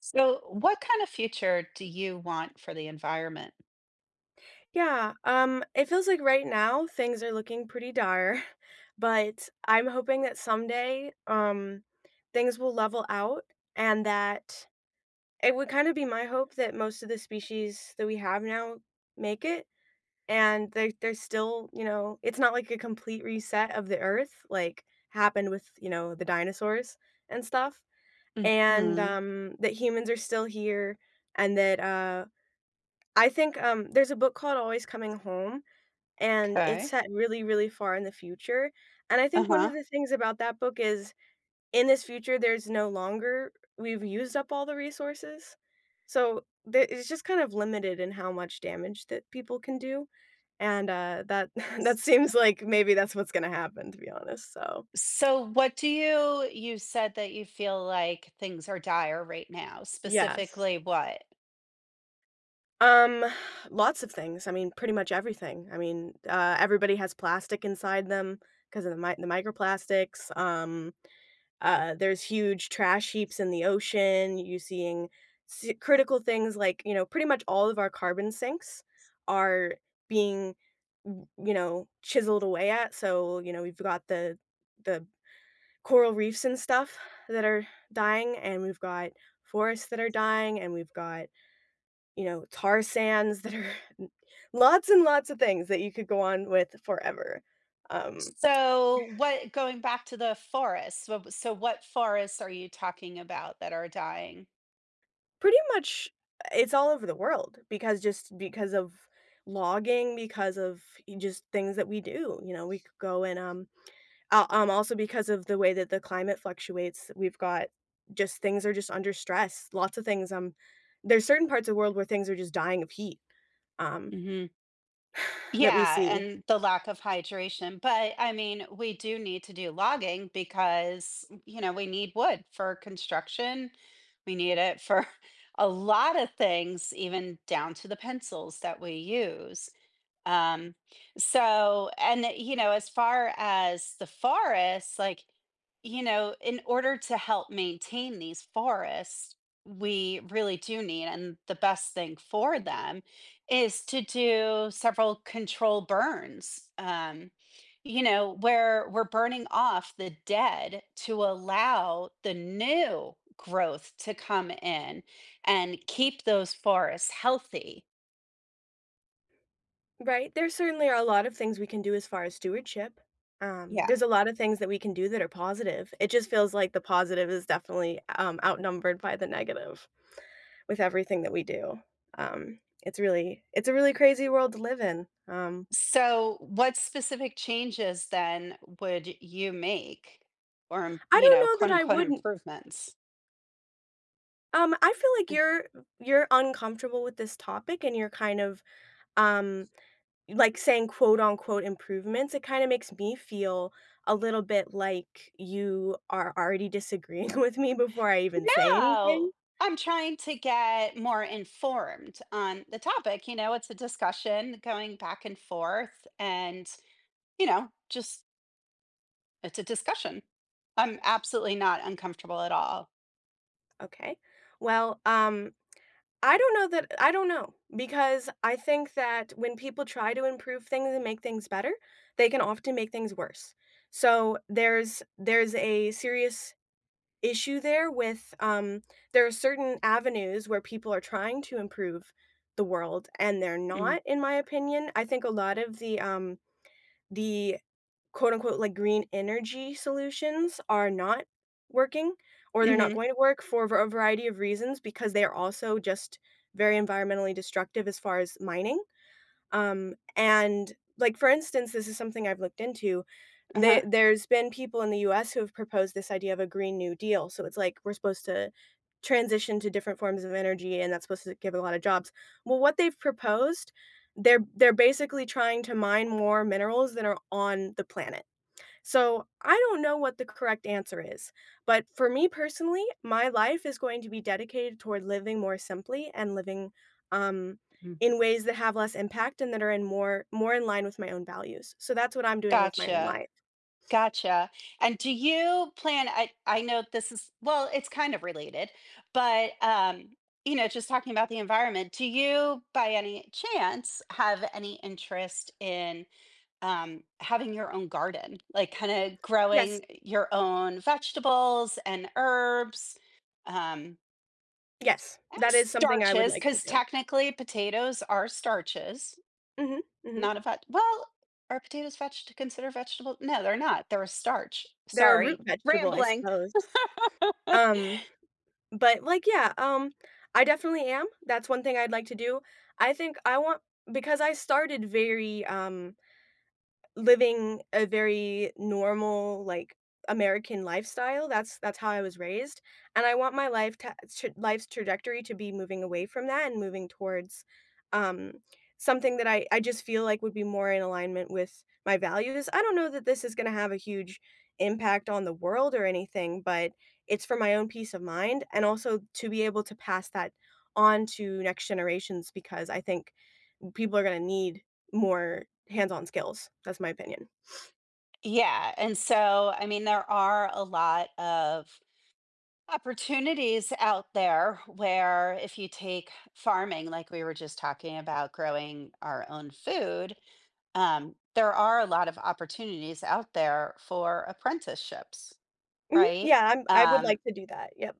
So, what kind of future do you want for the environment? Yeah, it feels like right now things are looking pretty dire, but I'm hoping that someday, things will level out, and that it would kind of be my hope that most of the species that we have now make it, and they're still, you know, it's not like a complete reset of the earth like happened with, you know, the dinosaurs and stuff. And Mhm. That humans are still here, and that I think there's a book called Always Coming Home, and it's Okay. set really, really far in the future, and I think one Uh-huh. of the things about that book is in this future, there's no longer we've used up all the resources, so the it's just kind of limited in how much damage that people can do, and, that that seems like maybe that's what's gonna happen, to be honest, so So, what do you said that you feel like things are dire right now, yes. specifically what? Um, lots of things, I mean, pretty much everything, I mean, everybody has plastic inside them because of the mi the microplastics, there's huge trash heaps in the ocean. You're seeing critical things like, you know, pretty much all of our carbon sinks are being, you know, chiseled away at. So, you know, we've got the coral reefs and stuff that are dying, and we've got forests that are dying, and we've got, you know, tar sands that are lots and lots of things that you could go on with forever. Um, So, what going back to the forests, so what forests are you talking about that are dying? Pretty much, it's all over the world because just because of logging, because of y just things that we do, you know, we could go and, also because of the way that the climate fluctuates, we've got just things are just under stress, lots of things, there's certain parts of the world where things are just dying of heat, um, that we Yeah, see. and the lack of hydration. But I mean, we do need to do logging because, you know, we need wood for construction. We need it for a lot of things, even down to the pencils that we use. Um, so, and you know, as far as the forests, like, you know, in order to help maintain these forests, we really do need, and the best thing for them is to do several control burns. You know, where we're burning off the dead to allow the new growth to come in and keep those forests healthy. Right, there certainly are a lot of things we can do as far as stewardship. Yeah. There's a lot of things that we can do that are positive. It just feels like the positive is definitely, outnumbered by the negative with everything that we do. It's really it's a really crazy world to live in. So, what specific changes then would you make or, I you don't know, know that quote I unquote wouldn't improvements? I feel like you're uncomfortable with this topic, and you're kind of, um like, saying quote unquote improvements, it kinda makes me feel a little bit like you are already disagreeing with me before I even say anything. No, I'm trying to get more informed on the topic. You know, it's a discussion going back and forth, and, you know, just it's a discussion. I'm absolutely not uncomfortable at all. Okay. Well, I don't know that I don't know, because I think that when people try to improve things and make things better, they can often make things worse. So, there's a serious issue there with, there are certain avenues where people are trying to improve the world, and they're Mm. not, in my opinion. I think a lot of the, the quote, unquote, like, "green energy solutions" are not working, or they're not Mm-hmm. going to work for a variety of reasons because they are also just very environmentally destructive as far as mining. And, like, for instance, this is something I've looked into. Uh-huh. There's been people in the US who have proposed this idea of a Green New Deal, so it's like we're supposed to transition to different forms of energy, and that's supposed to give a lot of jobs. Well, what they've proposed, they're basically trying to mine more minerals than are on the planet. So I don't know what the correct answer is, but for me personally, my life is going to be dedicated toward living more simply and living um, Mhm. in ways that have less impact and that are in more in line with my own values. So that's what I'm doing with my own Gotcha. life. Gotcha. And do you plan I know this is well, it's kind of related, but, you know, just talking about the environment, do you, by any chance, have any interest in, having your own garden? Like, kinda Yes, growing your own vegetables and herbs, um, yes, and that is something I would starches, like to because do. technically potatoes are starches. Hmm. Hmm. Not a veg well, are potatoes veg considered vegetable? No, they're not, they're a starch. They're a root Sorry, vegetable, I rambling. suppose. Um, but like, yeah, I definitely am. That's one thing I'd like to do. I think I want because I started very living a very normal, like, American lifestyle, that's how I was raised, and I want my life to tr life's trajectory to be moving away from that and moving towards, um, something that I just feel like would be more in alignment with my values. I don't know that this is gonna have a huge impact on the world or anything, but it's for my own peace of mind and also to be able to pass that on to next generations because I think people are gonna need more hands-on skills. That's my opinion. Yeah, and so, I mean, there are a lot of opportunities out there where if you take farming, like we were just talking about growing our own food, there are a lot of opportunities out there for apprenticeships, Mhm. right? Yeah, I'm I would Um like to do that, yep.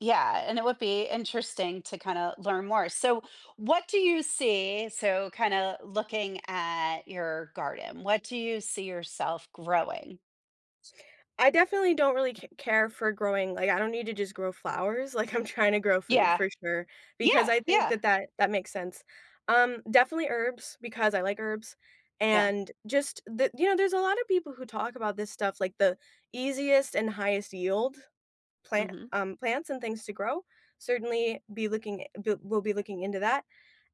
Yeah, and it would be interesting to kind of learn more. So, what do you see? So, kind of looking at your garden, what do you see yourself growing? I definitely don't really c care for growing like, I don't need to just grow flowers, like, I'm trying to grow food Yeah, for sure, because yeah, I think yeah, that that makes sense. Definitely herbs, because I like herbs, yeah. and just the you know, there's a lot of people who talk about this stuff, like the easiest and highest yield hmm plants and things to grow. Certainly be looking b we'll be looking into that.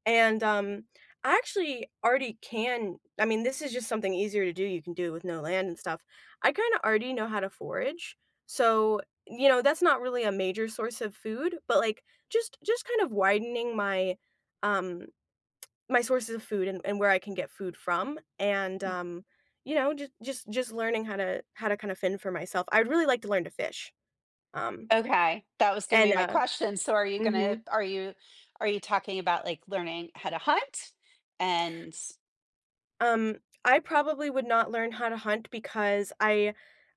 And, I actually already can I mean, this is just something easier to do, you can do it with no land and stuff. I kinda already know how to forage, so, you know, that's not really a major source of food, but, like, just kind of widening my, um, my sources of food and where I can get food from, and, you know, just learning how to kind of fend for myself. I'd really like to learn to fish, um, Okay, that was going to be and, my question. So, are you going to Mhm. Are you talking about like learning how to hunt? And Um, I probably would not learn how to hunt because I,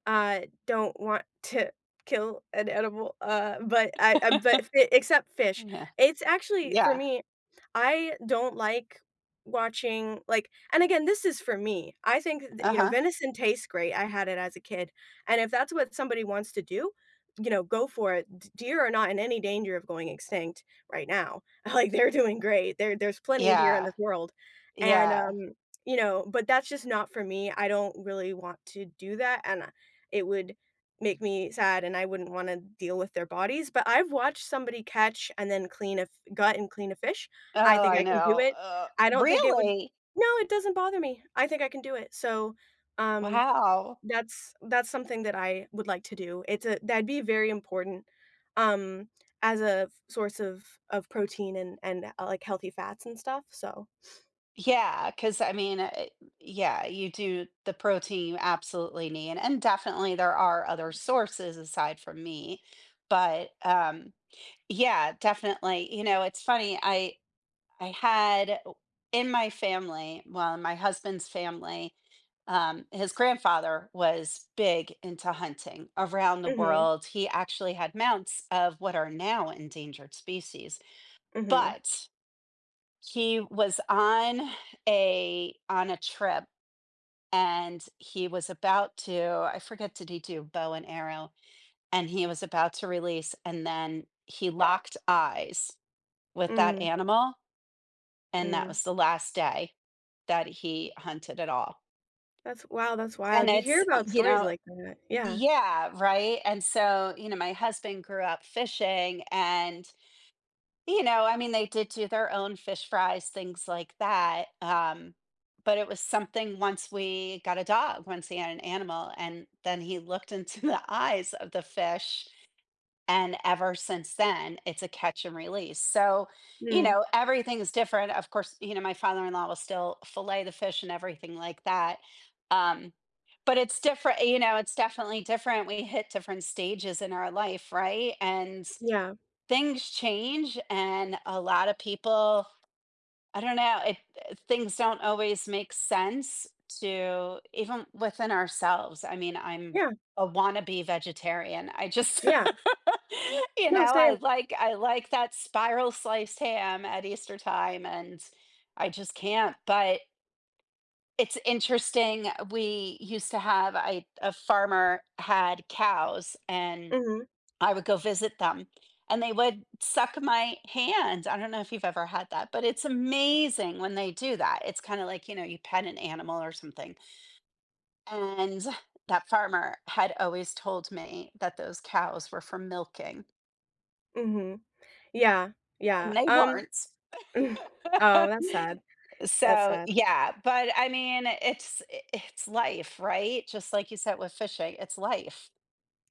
don't want to kill an animal, but I but fi except fish. yeah, It's actually for yeah, me, I don't like watching, like and again, this is for me. I think th uh you know, huh, venison tastes great, I had it as a kid, and if that's what somebody wants to do, you know, go for it. D Deer are not in any danger of going extinct right now. Like, they're doing great. There's plenty of deer in yeah, this world, and, yeah. You know, but that's just not for me. I don't really want to do that, and, it would make me sad, and I wouldn't wanna deal with their bodies, but I've watched somebody catch and then clean a f gut and clean a fish. I Oh, think I I can do know. it. I don't think it would Really? no, it doesn't bother me. I think I can do it. So, um, Wow. that's something that I would like to do. It's a that'd be very important, um, as a f source of protein and, like, healthy fats and stuff, so Yeah, because I mean, yeah, you do the protein you absolutely need. And definitely there are other sources aside from me. But yeah, definitely. You know, it's funny. I had in my family, well, in my husband's family, his grandfather was big into hunting around the mhm, world. He actually had mounts of what are now endangered species. mhm, But he was on a trip and he was about to I forget did he do bow and arrow and he was about to release and then he locked eyes with that mm. animal and that Mm, was the last day that he hunted at all. that's wow, that's And wild. You hear it's, about you stories know, like that. Yeah. yeah, right. And so, you know, my husband grew up fishing. And you know, I mean, they did do their own fish fries, things like that, but it was something once we got a dog, once he had an animal, and then he looked into the eyes of the fish, and ever since then, it's a catch and release. So, you Mm, know, everything's different, of course. You know, my father-in-law will still fillet the fish and everything like that, um, but it's different, you know, it's definitely different. We hit different stages in our life, right? And yeah. things change and a lot of people I don't know it, things don't always make sense to even within ourselves. I mean, I'm Yeah, a wannabe vegetarian. I just yeah. you No, know same. I like I like that spiral sliced ham at Easter time, and I just can't. But it's interesting. We used to have a farmer had cows, and Mhm, I would go visit them, and they would suck my hand. I don't know if you've ever had that, but it's amazing when they do that. It's kind of like, you know, you pet an animal or something. And that farmer had always told me that those cows were for milking, mhm. Yeah, and yeah. they weren't. oh, that's sad. That's So, sad. yeah, but I mean, it's life, right? Just like you said with fishing, it's life.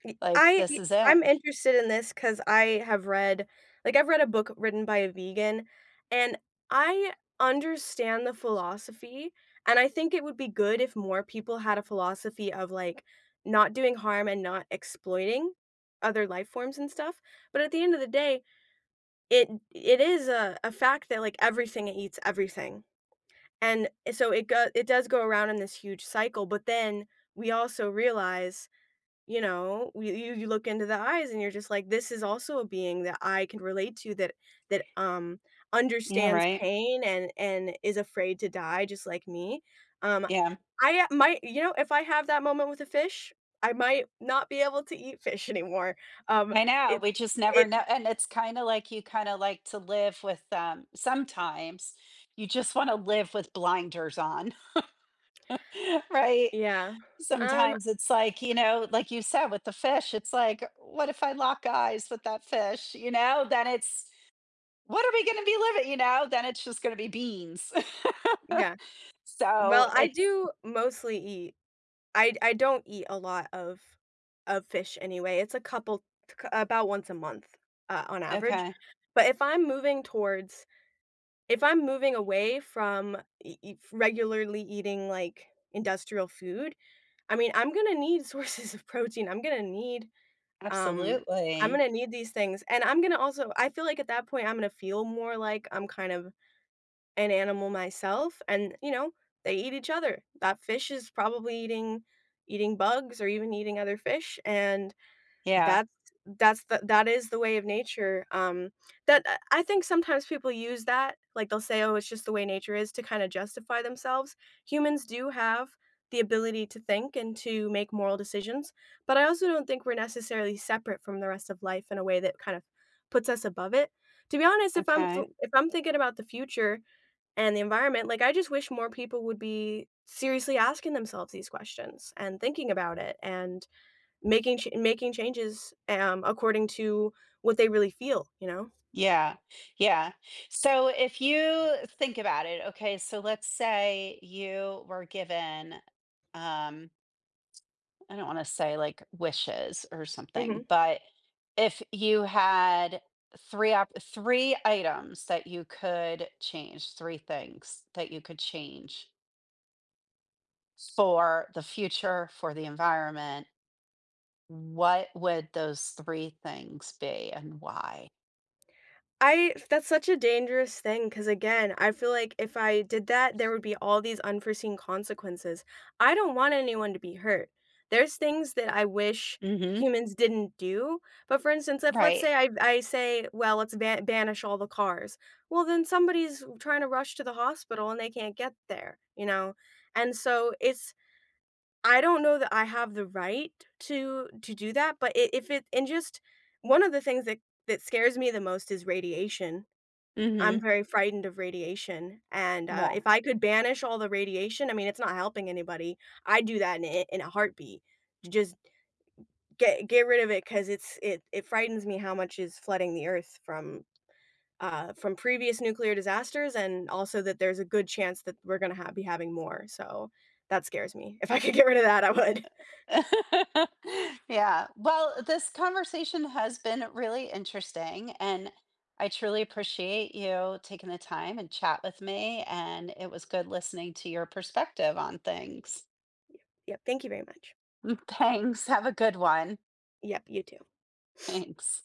Y Like I this y is it. I'm interested in this because I have read like, I've read a book written by a vegan, and I understand the philosophy, and I think it would be good if more people had a philosophy of, like, not doing harm and not exploiting other life forms and stuff, but at the end of the day, it is a fact that, like, everything eats everything, and so it does go around in this huge cycle, but then we also realize you know, you look into the eyes and you're just like, "This is also a being that I can relate to, that that, Yeah, understands right. pain and is afraid to die just like me." Um, Yeah. I, might you know, if I have that moment with a fish, I might not be able to eat fish anymore. Um, I know, it we just never it know, and it's kinda like you kinda like to live with, sometimes you just wanna live with blinders on, right? Yeah. Um, Sometimes it's like, you know, like you said with the fish, it's like, "What if I lock eyes with that fish?" You know? Then it's, "What are we gonna be living?" You know? Then it's just gonna be beans. yeah. So, Well, I it's do mostly eat I don't eat a lot of fish anyway. It's a couple c about once a month, on average. okay, But if I'm moving towards if I'm moving away from e e regularly eating, like, industrial food, I mean, I'm gonna need sources of protein. Um I'm absolutely. gonna need these things, and I'm gonna also I feel like at that point, I'm gonna feel more like I'm kind of an animal myself, and you know they eat each other, that fish is probably eating bugs or even eating other fish, and Yeah, that's that is the way of nature, that I think sometimes people use that like they'll say oh it's just the way nature is to kind of justify themselves. Humans do have the ability to think and to make moral decisions, but I also don't think we're necessarily separate from the rest of life in a way that kind of puts us above it. To be honest, okay. If I'm thinking about the future and the environment, like, I just wish more people would be seriously asking themselves these questions and thinking about it, and making changes, according to what they really feel, you know? Yeah, yeah. So if you think about it, okay, so let's say you were given, um, I don't want to say like wishes or something, Hmm. but if you had three items that you could change, three things that you could change for the future, for the environment, what would those three things be and why? I that's such a dangerous thing because again, I feel like if I did that, there would be all these unforeseen consequences. I don't want anyone to be hurt. There's things that I wish hmm humans didn't do, but for instance, if let's Right. say I say, "Well, let's banish all the cars." Well, then somebody's trying to rush to the hospital and they can't get there, you know? And so it's I don't know that I have the right to do that, but I if it and just one of the things that that scares me the most is radiation. Mm-hmm. I'm very frightened of radiation, and, Yeah. if I could banish all the radiation, I mean, it's not helping anybody. I'd do that in a heartbeat. J just get rid of it because it's it frightens me how much is flooding the Earth from previous nuclear disasters and also that there's a good chance that we're gonna ha be having more, so that scares me. If I could get rid of that, I would. Yeah. Well, this conversation has been really interesting, and I truly appreciate you taking the time and chat with me, and it was good listening to your perspective on things. Yep, thank you very much. Thanks. Have a good one. Yep, you too. Thanks.